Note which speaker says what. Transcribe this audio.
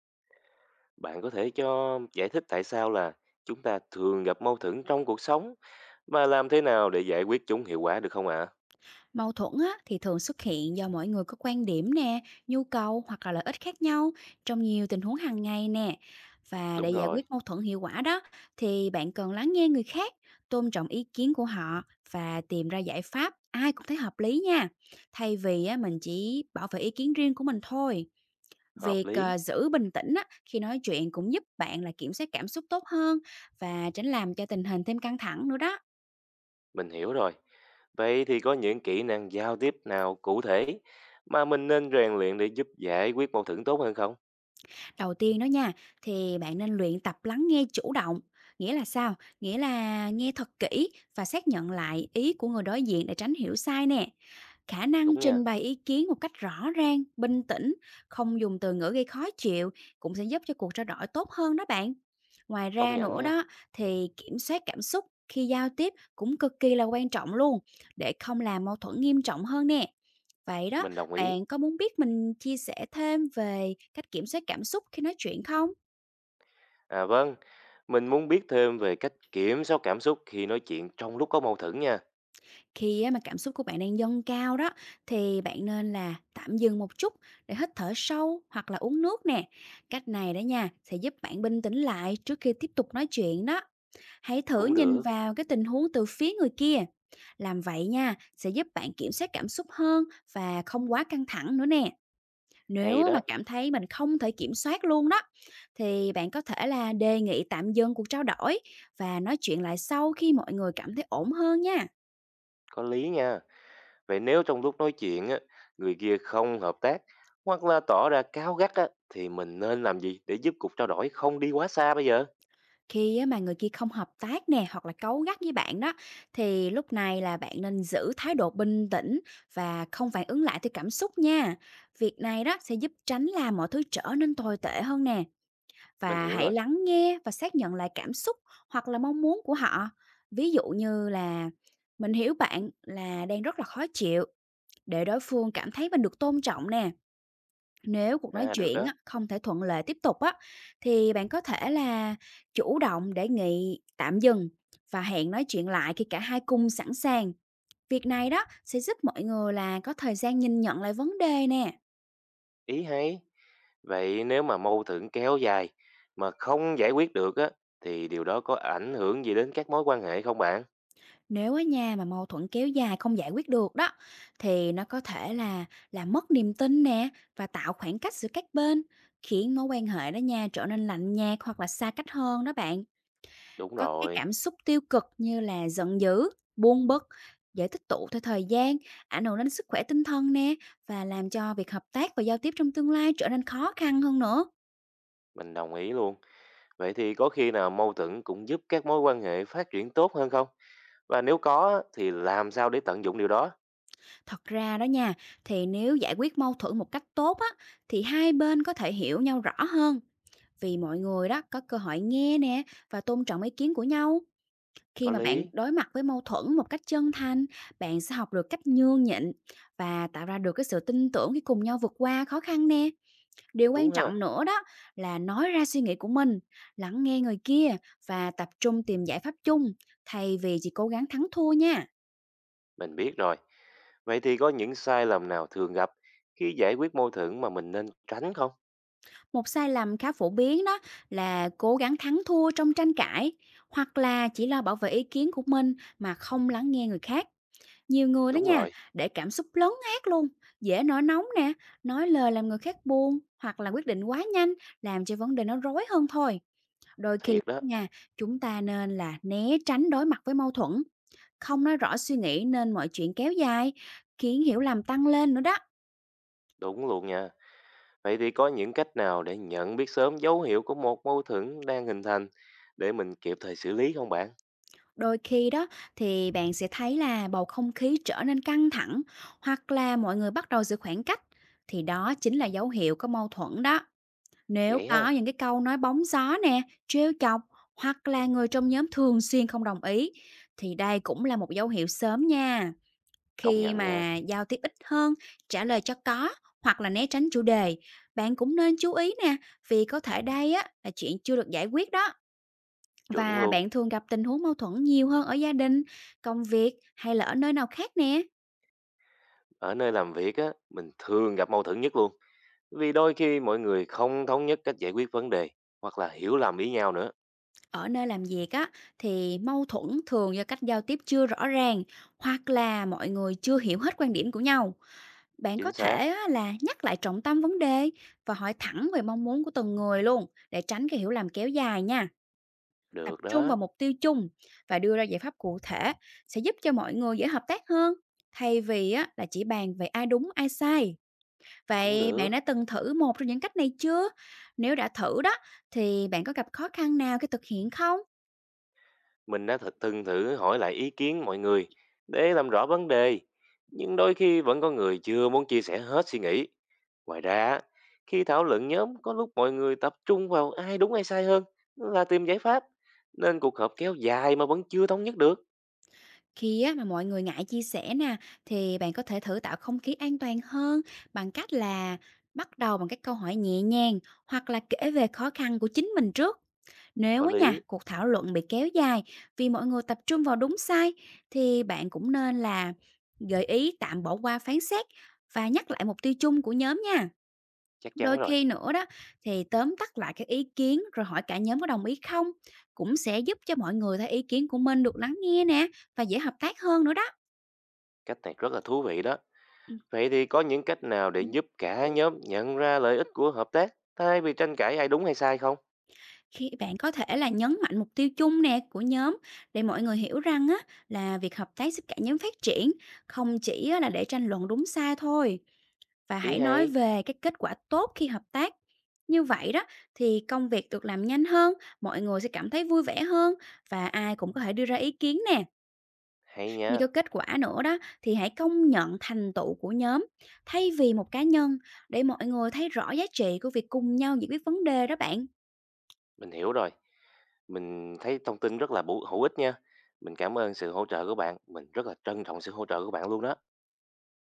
Speaker 1: Bạn có thể cho giải thích tại sao là chúng ta thường gặp mâu thuẫn trong cuộc sống và làm thế nào để giải quyết chúng hiệu quả được không ạ?
Speaker 2: Mâu thuẫn á, thì thường xuất hiện do mỗi người có quan điểm nè, nhu cầu hoặc là lợi ích khác nhau trong nhiều tình huống hàng ngày nè. Và
Speaker 1: Đúng
Speaker 2: để giải
Speaker 1: rồi,
Speaker 2: quyết mâu thuẫn hiệu quả đó thì bạn cần lắng nghe người khác, tôn trọng ý kiến của họ và tìm ra giải pháp ai cũng thấy hợp lý nha. Thay vì á, mình chỉ bảo vệ ý kiến riêng của mình thôi.
Speaker 1: hợp
Speaker 2: Việc
Speaker 1: lý,
Speaker 2: giữ bình tĩnh á, khi nói chuyện cũng giúp bạn là kiểm soát cảm xúc tốt hơn và tránh làm cho tình hình thêm căng thẳng nữa đó.
Speaker 1: mình hiểu rồi. Vậy thì có những kỹ năng giao tiếp nào cụ thể mà mình nên rèn luyện để giúp giải quyết mâu thuẫn tốt hơn không?
Speaker 2: Đầu tiên đó nha, thì bạn nên luyện tập lắng nghe chủ động. Nghĩa là sao? Nghĩa là nghe thật kỹ và xác nhận lại ý của người đối diện để tránh hiểu sai nè. Khả năng
Speaker 1: Đúng
Speaker 2: trình
Speaker 1: nha,
Speaker 2: bày ý kiến một cách rõ ràng, bình tĩnh, không dùng từ ngữ gây khó chịu cũng sẽ giúp cho cuộc trao đổi tốt hơn đó bạn. Ngoài
Speaker 1: công
Speaker 2: ra
Speaker 1: nhận
Speaker 2: nữa
Speaker 1: nha,
Speaker 2: đó thì kiểm soát cảm xúc khi giao tiếp cũng cực kỳ là quan trọng luôn, để không làm mâu thuẫn nghiêm trọng hơn nè. Vậy đó,
Speaker 1: mình đồng ý.
Speaker 2: bạn có muốn biết mình chia sẻ thêm về cách kiểm soát cảm xúc khi nói chuyện không?
Speaker 1: À vâng, mình muốn biết thêm về cách kiểm soát cảm xúc khi nói chuyện trong lúc có mâu thuẫn nha.
Speaker 2: Khi á mà cảm xúc của bạn đang dâng cao đó, thì bạn nên là tạm dừng một chút để hít thở sâu hoặc là uống nước nè. Cách này đó nha sẽ giúp bạn bình tĩnh lại trước khi tiếp tục nói chuyện đó. Hãy thử
Speaker 1: Cũng
Speaker 2: nhìn
Speaker 1: được,
Speaker 2: vào cái tình huống từ phía người kia. Làm vậy nha sẽ giúp bạn kiểm soát cảm xúc hơn và không quá căng thẳng nữa nè. Nếu
Speaker 1: hay
Speaker 2: mà
Speaker 1: đó,
Speaker 2: cảm thấy mình không thể kiểm soát luôn đó, thì bạn có thể là đề nghị tạm dừng cuộc trao đổi và nói chuyện lại sau khi mọi người cảm thấy ổn hơn nha.
Speaker 1: có lý nha. Vậy nếu trong lúc nói chuyện á, người kia không hợp tác hoặc là tỏ ra cáu gắt á, thì mình nên làm gì để giúp cuộc trao đổi không đi quá xa bây giờ?
Speaker 2: Khi á mà người kia không hợp tác nè hoặc là cáu gắt với bạn đó, thì lúc này là bạn nên giữ thái độ bình tĩnh và không phản ứng lại theo cảm xúc nha. Việc này đó sẽ giúp tránh làm mọi thứ trở nên tồi tệ hơn nè.
Speaker 1: Mình
Speaker 2: Và
Speaker 1: hiểu
Speaker 2: hãy
Speaker 1: rồi.
Speaker 2: lắng nghe và xác nhận lại cảm xúc hoặc là mong muốn của họ. Ví dụ như là mình hiểu bạn là đang rất là khó chịu, để đối phương cảm thấy mình được tôn trọng nè. Nếu cuộc nói
Speaker 1: À được
Speaker 2: chuyện
Speaker 1: đó,
Speaker 2: á, không thể thuận lợi tiếp tục á, thì bạn có thể là chủ động để nghị tạm dừng và hẹn nói chuyện lại khi cả hai cùng sẵn sàng. Việc này đó sẽ giúp mọi người là có thời gian nhìn nhận lại vấn đề nè.
Speaker 1: ý hay. Vậy nếu mà mâu thuẫn kéo dài mà không giải quyết được á, thì điều đó có ảnh hưởng gì đến các mối quan hệ không bạn?
Speaker 2: Nếu ở nhà mà mâu thuẫn kéo dài không giải quyết được đó, thì nó có thể là mất niềm tin nè và tạo khoảng cách giữa các bên, khiến mối quan hệ đó nha trở nên lạnh nhạt hoặc là xa cách hơn đó bạn.
Speaker 1: Đúng
Speaker 2: Có cái
Speaker 1: rồi,
Speaker 2: cảm xúc tiêu cực như là giận dữ, buồn bực dễ tích tụ theo thời gian, ảnh hưởng đến sức khỏe tinh thần nè và làm cho việc hợp tác và giao tiếp trong tương lai trở nên khó khăn hơn nữa.
Speaker 1: mình đồng ý luôn. Vậy thì có khi nào mâu thuẫn cũng giúp các mối quan hệ phát triển tốt hơn không? Và nếu có á, thì làm sao để tận dụng điều đó?
Speaker 2: Thật ra đó nha, thì nếu giải quyết mâu thuẫn một cách tốt á, thì hai bên có thể hiểu nhau rõ hơn vì mọi người đó có cơ hội nghe nè và tôn trọng ý kiến của nhau. Khi
Speaker 1: Có
Speaker 2: mà bạn
Speaker 1: lý,
Speaker 2: đối mặt với mâu thuẫn một cách chân thành, bạn sẽ học được cách nhường nhịn và tạo ra được cái sự tin tưởng khi cùng nhau vượt qua khó khăn nè. Điều
Speaker 1: đúng
Speaker 2: quan
Speaker 1: ha.
Speaker 2: trọng nữa đó là nói ra suy nghĩ của mình, lắng nghe người kia và tập trung tìm giải pháp chung thay vì chỉ cố gắng thắng thua nha.
Speaker 1: Mình biết rồi. Vậy thì có những sai lầm nào thường gặp khi giải quyết mâu thuẫn mà mình nên tránh không?
Speaker 2: Một sai lầm khá phổ biến đó là cố gắng thắng thua trong tranh cãi hoặc là chỉ lo bảo vệ ý kiến của mình mà không lắng nghe người khác. Nhiều người đó
Speaker 1: Đúng
Speaker 2: nha,
Speaker 1: rồi,
Speaker 2: để cảm xúc lấn át luôn, dễ nổi nóng nè, nói lời làm người khác buồn hoặc là quyết định quá nhanh, làm cho vấn đề nó rối hơn thôi. Đôi khi
Speaker 1: thiệt đó,
Speaker 2: nha, chúng ta nên là né tránh đối mặt với mâu thuẫn, không nói rõ suy nghĩ nên mọi chuyện kéo dài, khiến hiểu lầm tăng lên nữa đó.
Speaker 1: đúng luôn nha. Vậy thì có những cách nào để nhận biết sớm dấu hiệu của một mâu thuẫn đang hình thành để mình kịp thời xử lý không bạn?
Speaker 2: Đôi khi đó thì bạn sẽ thấy là bầu không khí trở nên căng thẳng hoặc là mọi người bắt đầu giữ khoảng cách, thì đó chính là dấu hiệu có mâu thuẫn đó. Nếu
Speaker 1: Vậy
Speaker 2: có
Speaker 1: ha,
Speaker 2: những cái câu nói bóng gió nè, trêu chọc hoặc là người trong nhóm thường xuyên không đồng ý, thì đây cũng là một dấu hiệu sớm nha.
Speaker 1: công
Speaker 2: Khi
Speaker 1: nhận nha,
Speaker 2: mà giao tiếp ít hơn, trả lời cho có hoặc là né tránh chủ đề, bạn cũng nên chú ý nè, vì có thể đây á là chuyện chưa được giải quyết đó.
Speaker 1: chuẩn
Speaker 2: Và
Speaker 1: luôn.
Speaker 2: bạn thường gặp tình huống mâu thuẫn nhiều hơn ở gia đình, công việc hay là ở nơi nào khác nè?
Speaker 1: Ở nơi làm việc á, mình thường gặp mâu thuẫn nhất luôn. Vì đôi khi mọi người không thống nhất cách giải quyết vấn đề hoặc là hiểu lầm ý nhau nữa.
Speaker 2: Ở nơi làm việc á, thì mâu thuẫn thường do cách giao tiếp chưa rõ ràng hoặc là mọi người chưa hiểu hết quan điểm của nhau. Bạn có
Speaker 1: Chính xác,
Speaker 2: thể á, là nhắc lại trọng tâm vấn đề và hỏi thẳng về mong muốn của từng người luôn, để tránh cái hiểu lầm kéo dài nha. Tập
Speaker 1: được
Speaker 2: trung
Speaker 1: đó,
Speaker 2: vào mục tiêu chung và đưa ra giải pháp cụ thể sẽ giúp cho mọi người dễ hợp tác hơn, thay vì á, là chỉ bàn về ai đúng ai sai.
Speaker 1: cũng
Speaker 2: Vậy bạn
Speaker 1: được.
Speaker 2: đã từng thử một trong những cách này chưa? Nếu đã thử đó, thì bạn có gặp khó khăn nào khi thực hiện không?
Speaker 1: Mình đã thật từng thử hỏi lại ý kiến mọi người để làm rõ vấn đề, nhưng đôi khi vẫn có người chưa muốn chia sẻ hết suy nghĩ. Ngoài ra, khi thảo luận nhóm có lúc mọi người tập trung vào ai đúng ai sai hơn là tìm giải pháp, nên cuộc họp kéo dài mà vẫn chưa thống nhất được.
Speaker 2: Khi á, mà mọi người ngại chia sẻ nè, thì bạn có thể thử tạo không khí an toàn hơn bằng cách là bắt đầu bằng các câu hỏi nhẹ nhàng hoặc là kể về khó khăn của chính mình trước.
Speaker 1: Có
Speaker 2: Nếu á
Speaker 1: lý,
Speaker 2: nha, cuộc thảo luận bị kéo dài vì mọi người tập trung vào đúng sai, thì bạn cũng nên là gợi ý tạm bỏ qua phán xét và nhắc lại mục tiêu chung của nhóm nha.
Speaker 1: chắc
Speaker 2: Đôi
Speaker 1: chắn rồi.
Speaker 2: khi nữa đó, thì tóm tắt lại các ý kiến rồi hỏi cả nhóm có đồng ý không, cũng sẽ giúp cho mọi người thấy ý kiến của mình được lắng nghe nè và dễ hợp tác hơn nữa đó.
Speaker 1: Cách này rất là thú vị đó. Vậy thì có những cách nào để
Speaker 2: Ừ.
Speaker 1: giúp cả nhóm nhận ra lợi ích của hợp tác thay vì tranh cãi ai đúng hay sai không?
Speaker 2: Khi bạn có thể là nhấn mạnh mục tiêu chung nè của nhóm, để mọi người hiểu rằng á là việc hợp tác giúp cả nhóm phát triển, không chỉ á, là để tranh luận đúng sai thôi. Và
Speaker 1: Ý
Speaker 2: hãy
Speaker 1: hay,
Speaker 2: nói về cái kết quả tốt khi hợp tác. Như vậy đó thì công việc được làm nhanh hơn, mọi người sẽ cảm thấy vui vẻ hơn và ai cũng có thể đưa ra ý kiến nè.
Speaker 1: hay
Speaker 2: Khi
Speaker 1: nha.
Speaker 2: có kết quả nữa đó thì hãy công nhận thành tựu của nhóm thay vì một cá nhân, để mọi người thấy rõ giá trị của việc cùng nhau giải quyết vấn đề đó bạn.
Speaker 1: Mình hiểu rồi. Mình thấy thông tin rất là bổ hữu ích nha. Mình cảm ơn sự hỗ trợ của bạn. Mình rất là trân trọng sự hỗ trợ của bạn luôn đó.